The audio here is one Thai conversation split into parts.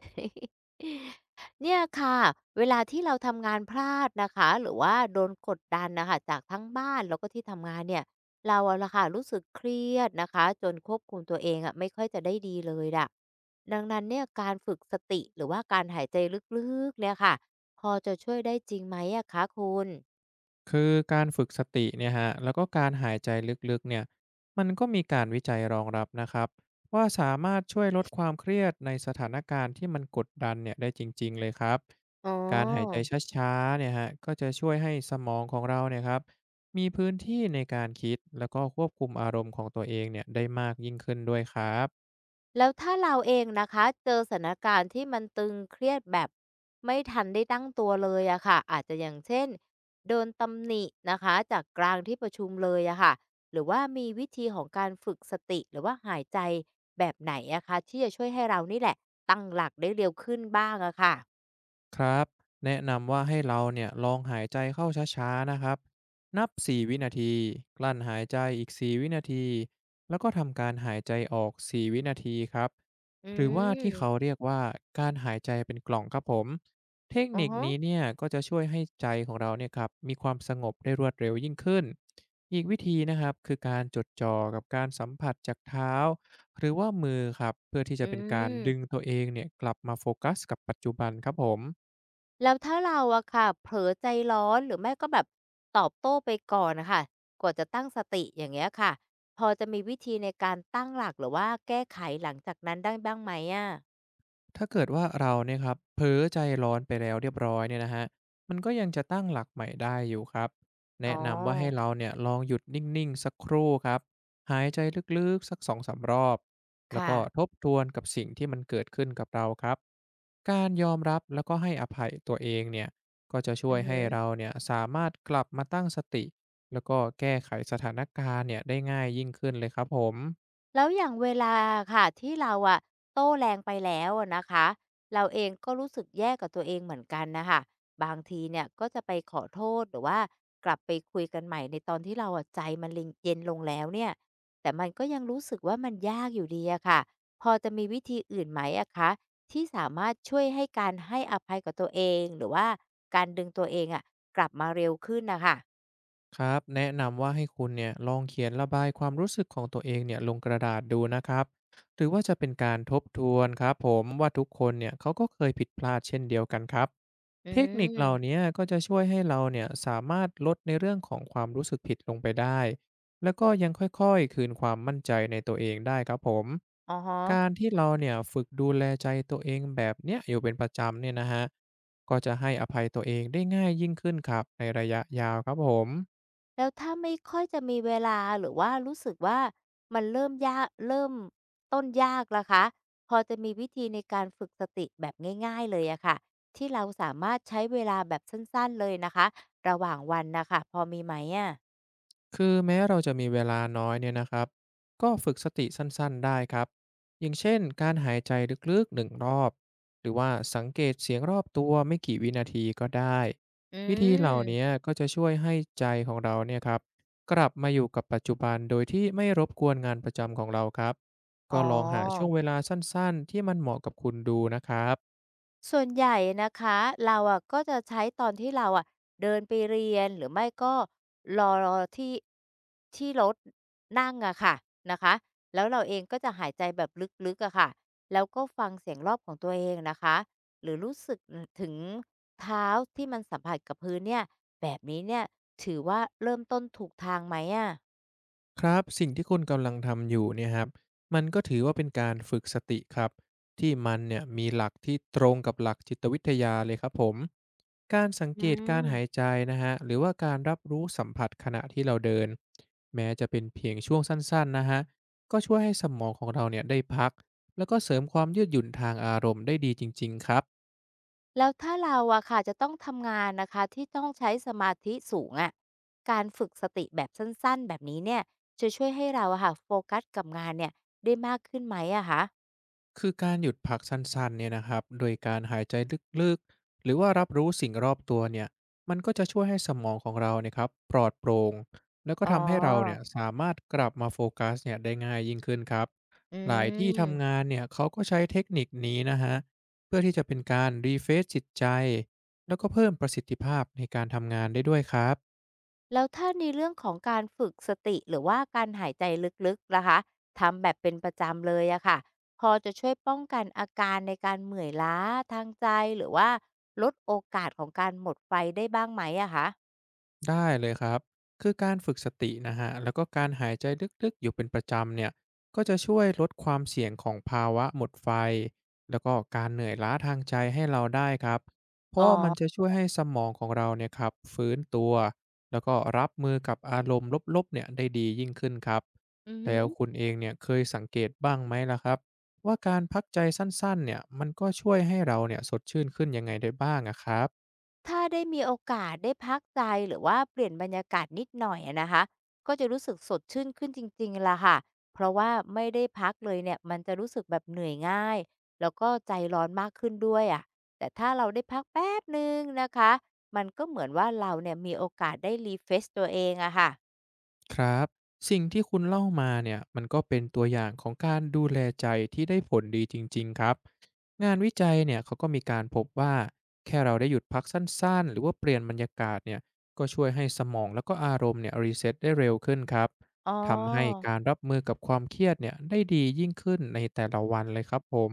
เนี่ยค่ะเวลาที่เราทำงานพลาดนะคะหรือว่าโดนกดดันนะคะจากทั้งบ้านแล้วก็ที่ทำงานเนี่ยเราอะล่ะค่ะรู้สึกเครียดนะคะจนควบคุมตัวเองอะไม่ค่อยจะได้ดีเลยล่ะดังนั้นเนี่ยการฝึกสติหรือว่าการหายใจลึกๆเนี่ยค่ะพอจะช่วยได้จริงไหมอะคะคุณคือการฝึกสติเนี่ยฮะแล้วก็การหายใจลึกๆเนี่ยมันก็มีการวิจัยรองรับนะครับว่าสามารถช่วยลดความเครียดในสถานการณ์ที่มันกดดันเนี่ยได้จริงๆเลยครับอ๋อ การหายใจช้าๆเนี่ยฮะก็จะช่วยให้สมองของเราเนี่ยครับมีพื้นที่ในการคิดแล้วก็ควบคุมอารมณ์ของตัวเองเนี่ยได้มากยิ่งขึ้นด้วยครับ แล้วถ้าเราเองนะคะเจอสถานการณ์ที่มันตึงเครียดแบบไม่ทันได้ตั้งตัวเลยอะค่ะอาจจะอย่างเช่นโดนตำหนินะคะจากกลางที่ประชุมเลยอะค่ะหรือว่ามีวิธีของการฝึกสติหรือว่าหายใจแบบไหนอะคะที่จะช่วยให้เรานี่แหละตั้งหลักได้เร็วขึ้นบ้างอะค่ะครับแนะนำว่าให้เราเนี่ยลองหายใจเข้าช้าๆนะครับนับ 4 วินาทีกลั้นหายใจอีก 4 วินาทีแล้วก็ทำการหายใจออก 4 วินาทีครับอืหรือว่าที่เขามเรียกว่าการหายใจเป็นกล่องครับผมเทคอือนิคฮะนี้เนี่ยก็จะช่วยให้ใจของเราเนี่ยครับมีความสงบได้รวดเร็วยิ่งขึ้นอีกวิธีนะครับคือการจดจ่อกับการสัมผัสจากเท้าหรือว่ามือครับเพื่อที่จะอืเป็นการดึงม ตัวเองเนี่ยกลับมาโฟกัสกับปัจจุบันครับผม แล้วถ้าเราอะค่ะเผลอใจร้อนหรือไม่ก็แบบตอบโต้ไปก่อนนะคะกว่าจะตั้งสติอย่างเงี้ยค่ะพอจะมีวิธีในการตั้งหลักหรือว่าแก้ไขหลังจากนั้นได้บ้างไหมอะถ้าเกิดว่าเราเนี่ยครับเผลอใจร้อนไปแล้วเรียบร้อยเนี่ยนะฮะมันก็ยังจะตั้งหลักใหม่ได้อยู่ครับอ๋แนะอนำว่าให้เราเนี่ยลองหยุดนิ่งๆสักครู่ครับหายใจลึกๆสัก2-3รอบแล้วค่ะก็ทบทวนกับสิ่งที่มันเกิดขึ้นกับเราครับการยอมรับแล้วก็ให้อภัยตัวเองเนี่ยก็จะช่อืวยอฮึ ให้เราเนี่ยสามารถกลับมาตั้งสติแล้วก็แก้ไขสถานการณ์เนี่ยได้ง่ายยิ่งขึ้นเลยครับผม แล้วอย่างเวลาค่ะที่เราอะโต้แรงไปแล้วอะนะคะเราเองก็รู้สึกแย่กับตัวเองเหมือนกันนะคะบางทีเนี่ยก็จะไปขอโทษหรือว่ากลับไปคุยกันใหม่ในตอนที่เราอะใจมันเย็นลงแล้วเนี่ยแต่มันก็ยังรู้สึกว่ามันยากอยู่ดีอะค่ะพอจะมีวิธีอื่นไหมอะคะที่สามารถช่วยให้การให้อภัยกับตัวเองหรือว่าการดึงตัวเองอะกลับมาเร็วขึ้นนะคะครับแนะนำว่าให้คุณเนี่ยลองเขียนระบายความรู้สึกของตัวเองเนี่ยลงกระดาษดูนะครับหรือว่าจะเป็นการทบทวนครับผมว่าทุกคนเนี่ยเขาก็เคยผิดพลาดเช่นเดียวกันครับอืเทคนิคเหล่านี้มก็จะช่วยให้เราเนี่ยสามารถลดในเรื่องของความรู้สึกผิดลงไปได้แล้วก็ยังค่อยๆคืนความมั่นใจในตัวเองได้ครับผมอะฮะ การที่เราเนี่ยฝึกดูแลใจตัวเองแบบเนี้ยอยู่เป็นประจำเนี่ยนะฮะก็จะให้อภัยตัวเองได้ง่ายยิ่งขึ้นครับในระยะยาวครับผม แล้วถ้าไม่ค่อยจะมีเวลาหรือว่ารู้สึกว่ามันเริ่มยากเริ่มต้นยากล่ะคะพอจะมีวิธีในการฝึกสติแบบง่ายๆเลยอะค่ะที่เราสามารถใช้เวลาแบบสั้นๆเลยนะคะระหว่างวันน่ะค่ะพอมีไหมอะคือแม้เราจะมีเวลาน้อยเนี่ยนะครับก็ฝึกสติสั้นๆได้ครับอย่างเช่นการหายใจลึกๆหนึ่งรอบหรือว่าสังเกตเสียงรอบตัวไม่กี่วินาทีก็ได้อืวิธีเหล่านี้มก็จะช่วยให้ใจของเราเนี่ยครับกลับมาอยู่กับปัจจุบันโดยที่ไม่รบกวนงานประจำของเราครับอ๋ก็อ ลองหาช่วงเวลาสั้นๆที่มันเหมาะกับคุณดูนะครับ ส่วนใหญ่นะคะเราอะก็จะใช้ตอนที่เราอะเดินไปเรียนหรือไม่ก็รอที่ที่รถนั่งอะค่ะนะคะแล้วเราเองก็จะหายใจแบบลึกๆอะค่ะแล้วก็ฟังเสียงรอบของตัวเองนะคะหรือรู้สึกถึงเท้าที่มันสัมผัสกับพื้นเนี่ยแบบนี้เนี่ยถือว่าเริ่มต้นถูกทางไหมอะครับสิ่งที่คุณกำลังทำอยู่เนี่ยครับมันก็ถือว่าเป็นการฝึกสติครับที่มันเนี่ยมีหลักที่ตรงกับหลักจิตวิทยาเลยครับผมการสังอืเกตการหายม ใจนะฮะหรือว่าการรับรู้สัมผัสขณะที่เราเดินแม้จะเป็นเพียงช่วงสั้นๆนะฮะก็ช่วยให้สมองของเราเนี่ยได้พักแล้วก็เสริมความยืดหยุ่นทางอารมณ์ได้ดีจริงๆครับ แล้วถ้าเราอะค่ะจะต้องทำงานนะคะที่ต้องใช้สมาธิสูงอะการฝึกสติแบบสั้นๆแบบนี้เนี่ยจะช่วยให้เราอะค่ะโฟกัสกับงานเนี่ยได้มากขึ้นไหมอะคะคือการหยุดพักสั้นๆเนี่ยนะครับโดยการหายใจลึกๆหรือว่ารับรู้สิ่งรอบตัวเนี่ยมันก็จะช่วยให้สมองของเราเนี่ยครับปลอดโปร่งแล้วก็อ๋ทำให้เราเนี่อยสามารถกลับมาโฟกัสเนี่ยได้ง่ายยิ่งขึ้นครับอืหลายที่ทำงามนเนี่ยเขาก็ใช้เทคนิคนี้นะฮะเพื่อที่จะเป็นการรีเฟซจิตใจแล้วก็เพิ่มประสิทธิภาพในการทำงานได้ด้วยครับ แล้วถ้าในเรื่องของการฝึกสติหรือว่าการหายใจลึกๆล่ะคะทำแบบเป็นประจำเลยอะค่ะพอจะช่วยป้องกันอาการในการเหมื่อยล้าทางใจหรือว่าลดโอกาสของการหมดไฟได้บ้างไหมอะคะได้เลยครับคือการฝึกสตินะฮะแล้วก็การหายใจลึกๆอยู่เป็นประจำเนี่ยก็จะช่วยลดความเสี่ยงของภาวะหมดไฟแล้วก็การเหนื่อยล้าทางใจให้เราได้ครับเพราะอ๋อว่ามันจะช่วยให้สมองของเราเนี่ยครับฟื้นตัวแล้วก็รับมือกับอารมณ์ลบๆเนี่ยได้ดียิ่งขึ้นครับอืแล้วคุม ณเองเนี่ยเคยสังเกตบ้างไหมล่ะครับว่าการพักใจสั้นๆเนี่ยมันก็ช่วยให้เราเนี่ยสดชื่นขึ้นยังไงได้บ้างอะครับ ถ้าได้มีโอกาสได้พักใจหรือว่าเปลี่ยนบรรยากาศนิดหน่อยอะนะคะก็จะรู้สึกสดชื่นขึ้นจริงๆล่ะค่ะเพราะว่าไม่ได้พักเลยเนี่ยมันจะรู้สึกแบบเหนื่อยง่ายแล้วก็ใจร้อนมากขึ้นด้วยอะแต่ถ้าเราได้พักแป๊บหนึ่งนะคะมันก็เหมือนว่าเราเนี่ยมีโอกาสได้ refresh ตัวเองอะค่ะครับสิ่งที่คุณเล่ามาเนี่ยมันก็เป็นตัวอย่างของการดูแลใจที่ได้ผลดีจริงๆครับงานวิจัยเนี่ยเขาก็มีการพบว่าแค่เราได้หยุดพักสั้นๆหรือว่าเปลี่ยนบรรยากาศเนี่ยก็ช่วยให้สมองแล้วก็อารมณ์เนี่ยรีเซ็ตได้เร็วขึ้นครับอ๋อ ทำให้การรับมือกับความเครียดเนี่ยได้ดียิ่งขึ้นในแต่ละวันเลยครับผม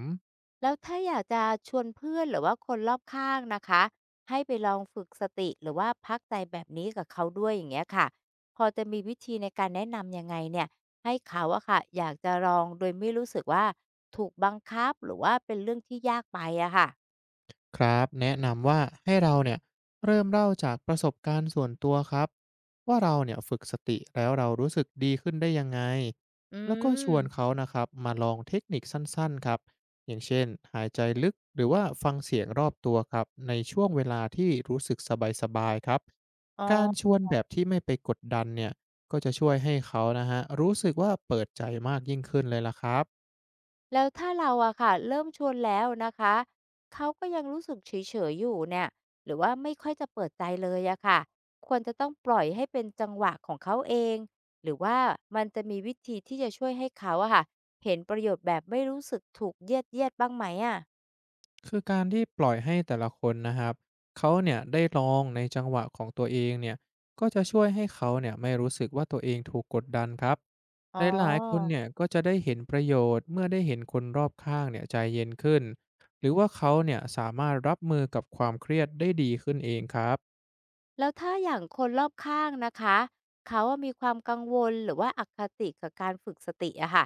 แล้วถ้าอยากจะชวนเพื่อนหรือว่าคนรอบข้างนะคะให้ไปลองฝึกสติหรือว่าพักใจแบบนี้กับเขาด้วยอย่างเงี้ยค่ะพอจะมีวิธีในการแนะนำยังไงเนี่ยให้เขาอะค่ะอยากจะลองโดยไม่รู้สึกว่าถูกบังคับหรือว่าเป็นเรื่องที่ยากไปอะค่ะครับแนะนำว่าให้เราเนี่ยเริ่มเล่าจากประสบการณ์ส่วนตัวครับว่าเราเนี่ยฝึกสติแล้วเรารู้สึกดีขึ้นได้ยังไงอืแล้วก็ชวนมเขานะครับมาลองเทคนิคสั้นๆครับอย่างเช่นหายใจลึกหรือว่าฟังเสียงรอบตัวครับในช่วงเวลาที่รู้สึกสบายๆครับอ๋อ การชวนแบบที่ไม่ไปกดดันเนี่ยก็จะช่วยให้เขานะฮะรู้สึกว่าเปิดใจมากยิ่งขึ้นเลยล่ะครับ แล้วถ้าเราอะค่ะเริ่มชวนแล้วนะคะเขาก็ยังรู้สึกเฉยๆอยู่เนี่ยหรือว่าไม่ค่อยจะเปิดใจเลยอะค่ะควรจะต้องปล่อยให้เป็นจังหวะของเขาเองหรือว่ามันจะมีวิธีที่จะช่วยให้เขาอะค่ะเห็นประโยชน์แบบไม่รู้สึกถูกเยียดเยียดบ้างไหมอะคือการที่ปล่อยให้แต่ละคนนะครับเขาเนี่ยได้ลองในจังหวะของตัวเองเนี่ยก็จะช่วยให้เขาเนี่ยไม่รู้สึกว่าตัวเองถูกกดดันครับอ๋อ หลายๆคนเนี่ยก็จะได้เห็นประโยชน์เมื่อได้เห็นคนรอบข้างเนี่ยใจเย็นขึ้นหรือว่าเขาเนี่ยสามารถรับมือกับความเครียดได้ดีขึ้นเองครับ แล้วถ้าอย่างคนรอบข้างนะคะเขาอะมีความกังวลหรือว่าอคติกับการฝึกสติอะค่ะ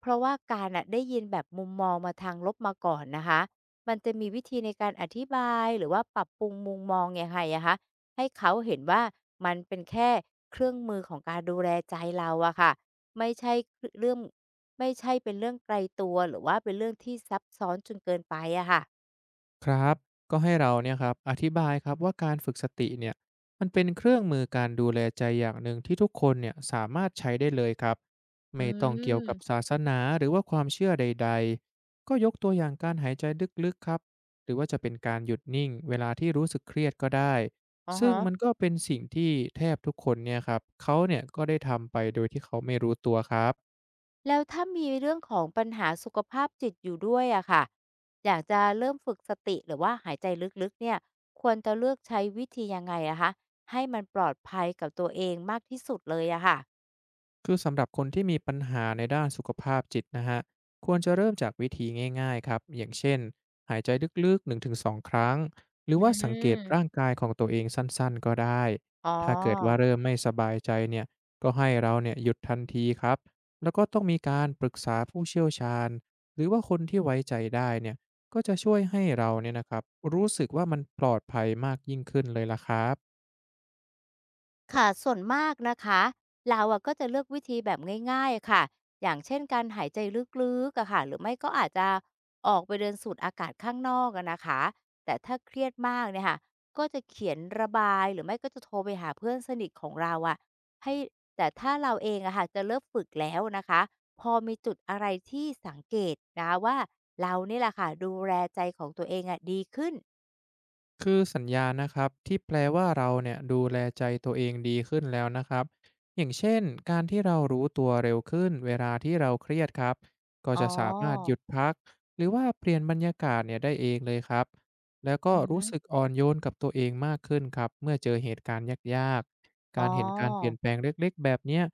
เพราะว่าการอะได้ยินแบบมุมมองมาทางลบมาก่อนนะคะมันจะมีวิธีในการอธิบายหรือว่าปรับปรุงมุมมองยังไงอะคะให้เขาเห็นว่ามันเป็นแค่เครื่องมือของการดูแลใจเราอะค่ะไม่ใช่เรื่องไม่ใช่เป็นเรื่องไกลตัวหรือว่าเป็นเรื่องที่ซับซ้อนจนเกินไปอะค่ะครับก็ให้เราเนี่ยครับอธิบายครับว่าการฝึกสติเนี่ยมันเป็นเครื่องมือการดูแลใจอย่างหนึ่งที่ทุกคนเนี่ยสามารถใช้ได้เลยครับอืไม่ต้องเกี่ยวกับมศาสนาหรือว่าความเชื่อใดๆก็ยกตัวอย่างการหายใจลึกๆครับหรือว่าจะเป็นการหยุดนิ่งเวลาที่รู้สึกเครียดก็ได้อ๋อซึ่งฮะ มันก็เป็นสิ่งที่แทบทุกคนเนี่ยครับเขาเนี่ยก็ได้ทำไปโดยที่เขาไม่รู้ตัวครับ แล้วถ้ามีเรื่องของปัญหาสุขภาพจิตอยู่ด้วยอะค่ะอยากจะเริ่มฝึกสติหรือว่าหายใจลึกๆเนี่ยควรจะเลือกใช้วิธียังไงอะคะให้มันปลอดภัยกับตัวเองมากที่สุดเลยอะค่ะคือสำหรับคนที่มีปัญหาในด้านสุขภาพจิตนะฮะควรจะเริ่มจากวิธีง่ายๆครับอย่างเช่นหายใจลึกๆ1-2ครั้งหรืออืว่าสังเกตร่างมกายของตัวเองสั้นๆก็ได้อ๋อ ถ้าเกิดว่าเริ่มไม่สบายใจเนี่ยก็ให้เราเนี่ยหยุดทันทีครับแล้วก็ต้องมีการปรึกษาผู้เชี่ยวชาญหรือว่าคนที่ไว้ใจได้เนี่ยก็จะช่วยให้เราเนี่ยนะครับรู้สึกว่ามันปลอดภัยมากยิ่งขึ้นเลยล่ะครับ ค่ะส่วนมากนะคะเราอะก็จะเลือกวิธีแบบง่ายๆค่ะอย่างเช่นการหายใจลึกๆอะค่ะหรือไม่ก็อาจจะออกไปเดินสูดอากาศข้างนอกอะนะคะแต่ถ้าเครียดมากเนี่ยค่ะก็จะเขียนระบายหรือไม่ก็จะโทรไปหาเพื่อนสนิทของเราอะให้แต่ถ้าเราเองอะค่ะจะเริ่มฝึกแล้วนะคะพอมีจุดอะไรที่สังเกตนะคะว่าเรานี่แหละค่ะดูแลใจของตัวเองอะดีขึ้นคือสัญญาณนะครับที่แปลว่าเราเนี่ยดูแลใจตัวเองดีขึ้นแล้วนะครับอย่างเช่นการที่เรารู้ตัวเร็วขึ้นเวลาที่เราเครียดครับก็อ๋จะสามารถหอยุดพักหรือว่าเปลี่ยนบรรยากาศเนี่ยได้เองเลยครับแล้วอืก็อหืรู้อสึกอ่อนโยนกับตัวเองมากขึ้นครับเมื่อเจอเหตุการณ์ยากๆอ๋การเห็นการเปลี่ยนอ แปลงเล็กๆแบบเนี้ย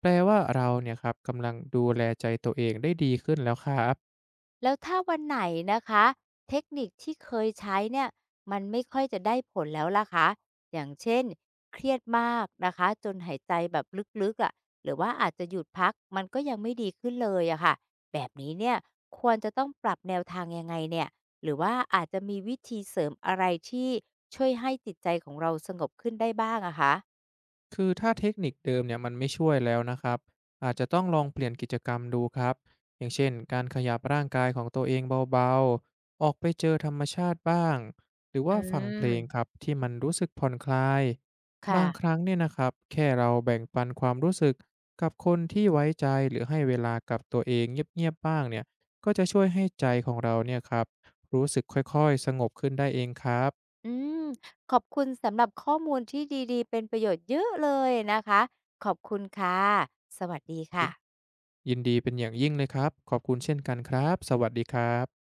แปลว่าเราเนี่ยครับกำลังดูแลใจตัวเองได้ดีขึ้นแล้วครับ แล้วถ้าวันไหนนะคะเทคนิคที่เคยใช้เนี่ยมันไม่ค่อยจะได้ผลแล้วล่ะคะอย่างเช่นเครียดมากนะคะจนหายใจแบบลึกๆอะ่ะหรือว่าอาจจะหยุดพักมันก็ยังไม่ดีขึ้นเลยอะค่ะแบบนี้เนี่ยควรจะต้องปรับแนวทางยังไงเนี่ยหรือว่าอาจจะมีวิธีเสริมอะไรที่ช่วยให้จิตใจของเราสงบขึ้นได้บ้างอะคะคือถ้าเทคนิคเดิมเนี่ยมันไม่ช่วยแล้วนะครับอาจจะต้องลองเปลี่ยนกิจกรรมดูครับอย่างเช่นการขยับร่างกายของตัวเองเบาๆออกไปเจอธรรมชาติบ้างหรืออืว่าฟังเพลงครับมที่มันรู้สึกผ่อนคลายบางคค่ะ รั้งเนี่ยนะครับแค่เราแบ่งปันความรู้สึกกับคนที่ไว้ใจหรือให้เวลากับตัวเองเงียบๆบ้างเนี่ยก็จะช่วยให้ใจของเราเนี่ยครับรู้สึกค่อยๆสงบขึ้นได้เองครับ อืมขอบคุณสำหรับข้อมูลที่ดีๆ เป็นประโยชน์เยอะเลยนะคะ ขอบคุณค่ะ สวัสดียิค่ะยินดีเป็นอย่างยิ่งเลยครับ ขอบคุณเช่นกันครับ สวัสดีครับ